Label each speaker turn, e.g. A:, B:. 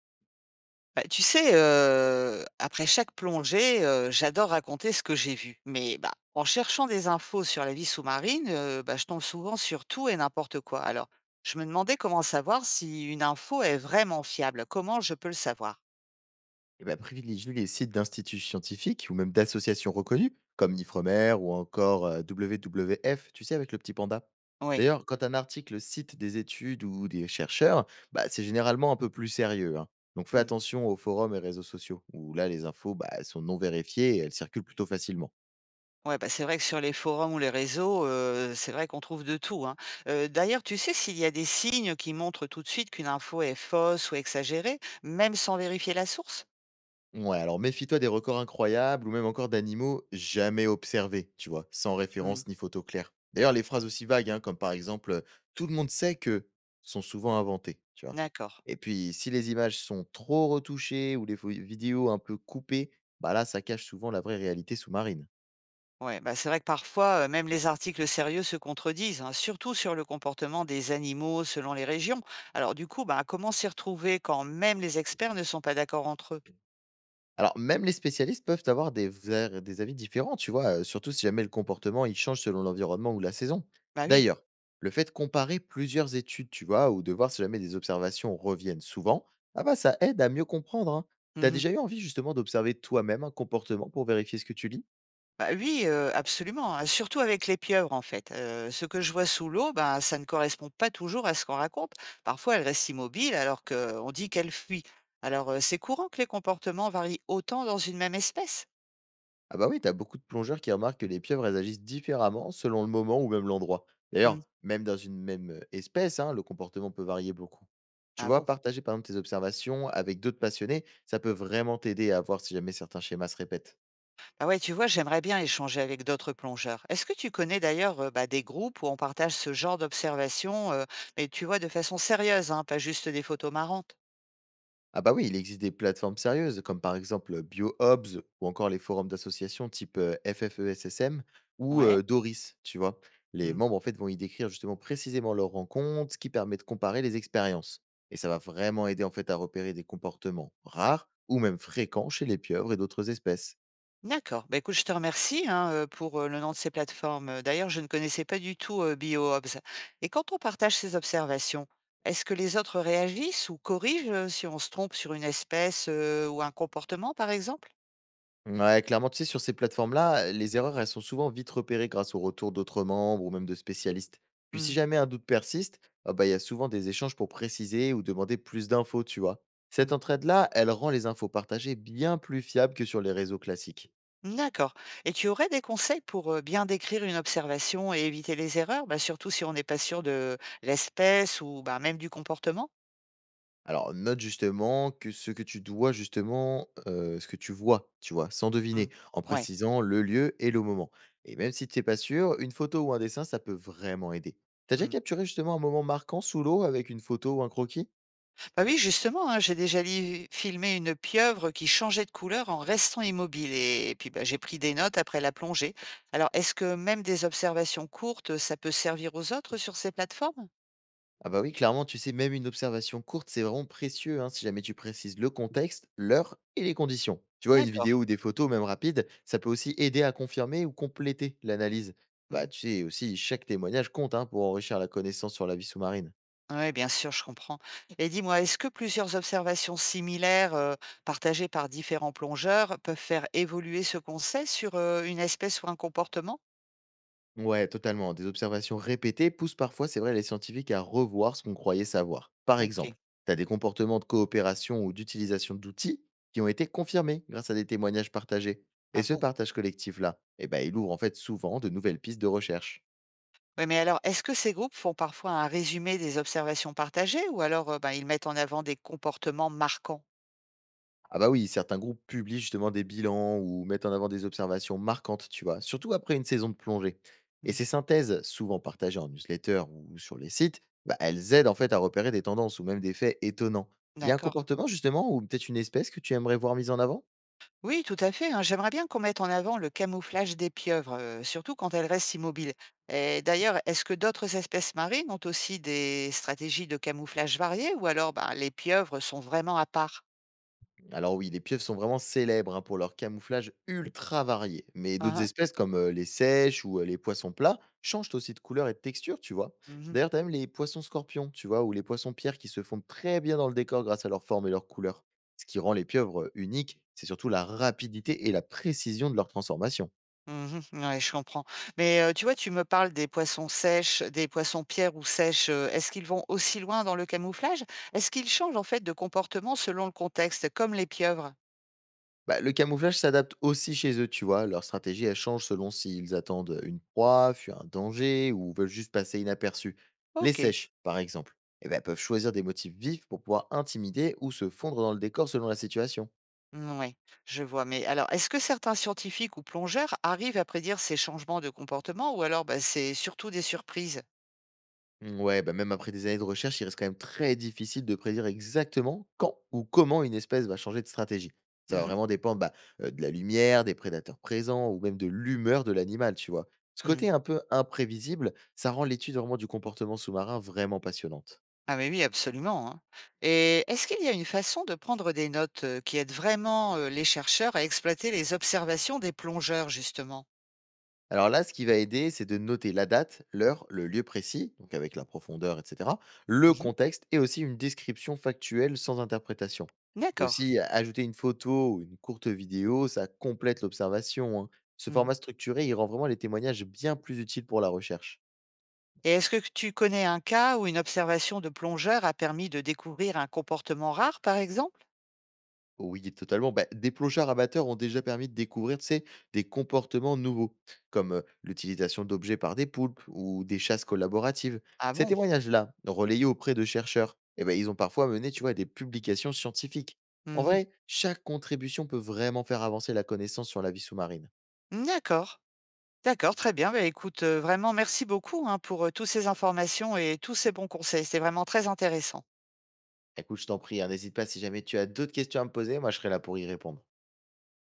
A: Bah, tu sais, après chaque plongée, j'adore raconter ce que j'ai vu. Mais, bah, en cherchant des infos sur la vie sous-marine, bah, je tombe souvent sur tout et n'importe quoi. Alors, je me demandais comment savoir si une info est vraiment fiable. Comment je peux le savoir?
B: Eh ben, privilégie les sites d'instituts scientifiques ou même d'associations reconnues, comme Nifremer ou encore WWF, tu sais, avec le petit panda.
A: Oui.
B: D'ailleurs, quand un article cite des études ou des chercheurs, bah, c'est généralement un peu plus sérieux, hein. Donc fais
A: Mmh.
B: attention aux forums et réseaux sociaux, où là, les infos bah, elles sont non vérifiées et elles circulent plutôt facilement.
A: Ouais, bah, c'est vrai que sur les forums ou les réseaux, c'est vrai qu'on trouve de tout, hein. D'ailleurs, tu sais s'il y a des signes qui montrent tout de suite qu'une info est fausse ou exagérée, même sans vérifier la source?
B: Ouais, alors méfie-toi des records incroyables ou même encore d'animaux jamais observés, tu vois, sans
A: Mmh.
B: référence ni photo claire. D'ailleurs, les phrases aussi vagues, hein, comme par exemple tout le monde sait que sont souvent inventées, tu vois.
A: D'accord.
B: Et puis, si les images sont trop retouchées ou les vidéos un peu coupées, bah là, ça cache souvent la vraie réalité sous-marine.
A: Ouais, bah c'est vrai que parfois, même les articles sérieux se contredisent, hein, surtout sur le comportement des animaux selon les régions. Alors du coup, bah, comment s'y retrouver quand même les experts ne sont pas d'accord entre eux?
B: Alors, même les spécialistes peuvent avoir des avis différents, tu vois, surtout si jamais le comportement il change selon l'environnement ou la saison.
A: Bah oui.
B: D'ailleurs, le fait de comparer plusieurs études, tu vois, ou de voir si jamais des observations reviennent souvent, ah bah ça aide à mieux comprendre, hein. T'as
A: Mhm.
B: déjà eu envie justement d'observer toi-même un comportement pour vérifier ce que tu lis?
A: Bah oui, absolument, hein. Surtout avec les pieuvres, en fait. Ce que je vois sous l'eau, bah, ça ne correspond pas toujours à ce qu'on raconte. Parfois, elles restent immobiles alors qu'on dit qu'elles fuient. Alors, c'est courant que les comportements varient autant dans une même espèce.
B: Ah bah oui, t'as beaucoup de plongeurs qui remarquent que les pieuvres, elles agissent différemment selon le moment ou même l'endroit.
A: Hmm.
B: D'ailleurs, même dans une même espèce, hein, le comportement peut varier beaucoup. Tu
A: Ah bon?
B: vois, partager par exemple tes observations avec d'autres passionnés, ça peut vraiment t'aider à voir si jamais certains schémas se répètent.
A: Ah ouais, tu vois, j'aimerais bien échanger avec d'autres plongeurs. Est-ce que tu connais d'ailleurs bah, des groupes où on partage ce genre d'observations, mais tu vois, de façon sérieuse, hein, pas juste des photos marrantes?
B: Ah bah oui, il existe des plateformes sérieuses, comme par exemple BioHubs ou encore les forums d'associations type FFESSM ou
A: Ouais.
B: Doris, tu vois. Les
A: Hmm.
B: membres, en fait, vont y décrire justement précisément leurs rencontres, ce qui permet de comparer les expériences. Et ça va vraiment aider, en fait, à repérer des comportements rares ou même fréquents chez les pieuvres et d'autres espèces.
A: D'accord. Bah, écoute, je te remercie, hein, pour le nom de ces plateformes. D'ailleurs, je ne connaissais pas du tout BioHobs. Et quand on partage ces observations, est-ce que les autres réagissent ou corrigent si on se trompe sur une espèce ou un comportement, par exemple?
B: Ouais, clairement, tu sais, sur ces plateformes-là, les erreurs, elles sont souvent vite repérées grâce au retour d'autres membres ou même de spécialistes. Puis si jamais un doute persiste, ah bah, il y a souvent des échanges pour préciser ou demander plus d'infos, tu vois.
A: Hmm.
B: Cette entraide-là, elle rend les infos partagées bien plus fiables que sur les réseaux classiques.
A: D'accord. Et tu aurais des conseils pour, bien décrire une observation et éviter les erreurs? Bah, surtout si on n'est pas sûr de l'espèce ou, bah, même du comportement?
B: Alors note justement que ce que tu dois justement, ce que tu vois, tu vois? Sans
A: Mmh.
B: deviner, en
A: Ouais.
B: précisant le lieu et le moment. Et même si tu n'es pas sûr, une photo ou un dessin, ça peut vraiment aider. T'as déjà
A: Mmh.
B: capturé justement un moment marquant sous l'eau avec une photo ou un croquis?
A: Bah, oui, justement, hein, j'ai déjà li filmé une pieuvre qui changeait de couleur en restant immobile et puis, bah, j'ai pris des notes après la plongée. Alors, est-ce que même des observations courtes, ça peut servir aux autres sur ces plateformes?
B: Ah bah oui, clairement, tu sais, même une observation courte, c'est vraiment précieux, hein, si jamais tu précises le contexte, l'heure et les conditions. Tu vois, une
A: D'accord.
B: vidéo ou des photos, même rapides, ça peut aussi aider à confirmer ou compléter l'analyse. Bah,
A: Mmh.
B: tu sais aussi, chaque témoignage compte, hein, pour enrichir la connaissance sur la vie sous-marine.
A: Oui, bien sûr, je comprends. Et dis-moi, est-ce que plusieurs observations similaires, partagées par différents plongeurs peuvent faire évoluer ce qu'on sait sur, une espèce ou un comportement?
B: Ouais, totalement. Des observations répétées poussent parfois, c'est vrai, les scientifiques à revoir ce qu'on croyait savoir. Par
A: OK.
B: exemple, tu as des comportements de coopération ou d'utilisation d'outils qui ont été confirmés grâce à des témoignages partagés.
A: Ah
B: Et ce
A: bon?
B: partage collectif-là, eh ben, il ouvre en fait souvent de nouvelles pistes de recherche.
A: Oui, mais alors, est-ce que ces groupes font parfois un résumé des observations partagées ou alors, ben, ils mettent en avant des comportements marquants?
B: Ah bah oui, certains groupes publient justement des bilans ou mettent en avant des observations marquantes, tu vois, surtout après une saison de plongée. Et
A: Mmh.
B: ces synthèses, souvent partagées en newsletter ou sur les sites, bah, elles aident en fait à repérer des tendances ou même des faits étonnants. Il y a un
A: D'accord.
B: comportement justement ou peut-être une espèce que tu aimerais voir mise en avant?
A: Oui, tout à fait, hein. J'aimerais bien qu'on mette en avant le camouflage des pieuvres, surtout quand elles restent immobiles. Et d'ailleurs, est-ce que d'autres espèces marines ont aussi des stratégies de camouflage variées ou alors, ben, les pieuvres sont vraiment à part?
B: Alors oui, les pieuvres sont vraiment célèbres, hein, pour leur camouflage ultra varié. Mais
A: Hein,
B: d'autres
A: hein.
B: espèces comme les sèches ou les poissons plats changent aussi de couleur et de texture, tu vois.
A: Mmh.
B: D'ailleurs, t'as même les poissons scorpions, tu vois, ou les poissons pierres qui se fondent très bien dans le décor grâce à leur forme et leur couleur. Ce qui rend les pieuvres uniques, c'est surtout la rapidité et la précision de leur transformation.
A: Mmh. Ouais, je comprends, mais tu vois, tu me parles des poissons sèches, des poissons pierres ou sèches, est-ce qu'ils vont aussi loin dans le camouflage? Est-ce qu'ils changent, en fait, de comportement selon le contexte, comme les pieuvres?
B: Bah, le camouflage s'adapte aussi chez eux, tu vois. Leur stratégie, elle change selon s'ils attendent une proie, fuient un danger ou veulent juste passer inaperçus. Les
A: OK.
B: sèches, par exemple, eh ben, peuvent choisir des motifs vifs pour pouvoir intimider ou se fondre dans le décor selon la situation.
A: Mouais, je vois, mais alors, est-ce que certains scientifiques ou plongeurs arrivent à prédire ces changements de comportement ou alors, bah, c'est surtout des surprises?
B: Ouais, bah même après des années de recherche, il reste quand même très difficile de prédire exactement quand ou comment une espèce va changer de stratégie.
A: Mmh
B: Ça va
A: mh.
B: vraiment dépendre de la lumière, des prédateurs présents ou même de l'humeur de l'animal, tu vois. Ce
A: Mmh.
B: côté un peu imprévisible, ça rend l'étude vraiment du comportement sous-marin vraiment passionnante.
A: Ah mais oui, absolument, hein. Et est-ce qu'il y a une façon de prendre des notes, qui aide vraiment, les chercheurs à exploiter les observations des plongeurs, justement?
B: Alors là, ce qui va aider, c'est de noter la date, l'heure, le lieu précis, donc avec la profondeur, etc., le
A: Mmh.
B: contexte et aussi une description factuelle sans interprétation.
A: D'accord.
B: Aussi, ajouter une photo ou une courte vidéo, ça complète l'observation, hein. Ce
A: Mmh.
B: format structuré, il rend vraiment les témoignages bien plus utiles pour la recherche.
A: Et est-ce que tu connais un cas où une observation de plongeur a permis de découvrir un comportement rare, par exemple?
B: Oui, totalement. Bah, des plongeurs amateurs ont déjà permis de découvrir, tu sais, des comportements nouveaux, comme l'utilisation d'objets par des poulpes ou des chasses collaboratives.
A: Ah
B: Ces
A: bon?
B: témoignages-là, relayés auprès de chercheurs, eh ben, ils ont parfois mené, tu vois, à des publications scientifiques. En
A: Mmh.
B: vrai, chaque contribution peut vraiment faire avancer la connaissance sur la vie sous-marine.
A: D'accord. D'accord, très bien. Bah, écoute, vraiment merci beaucoup, hein, pour, tous ces informations et tous ces bons conseils. C'était vraiment très intéressant.
B: Écoute, je t'en prie, hein, n'hésite pas si jamais tu as d'autres questions à me poser, moi je serai là pour y répondre.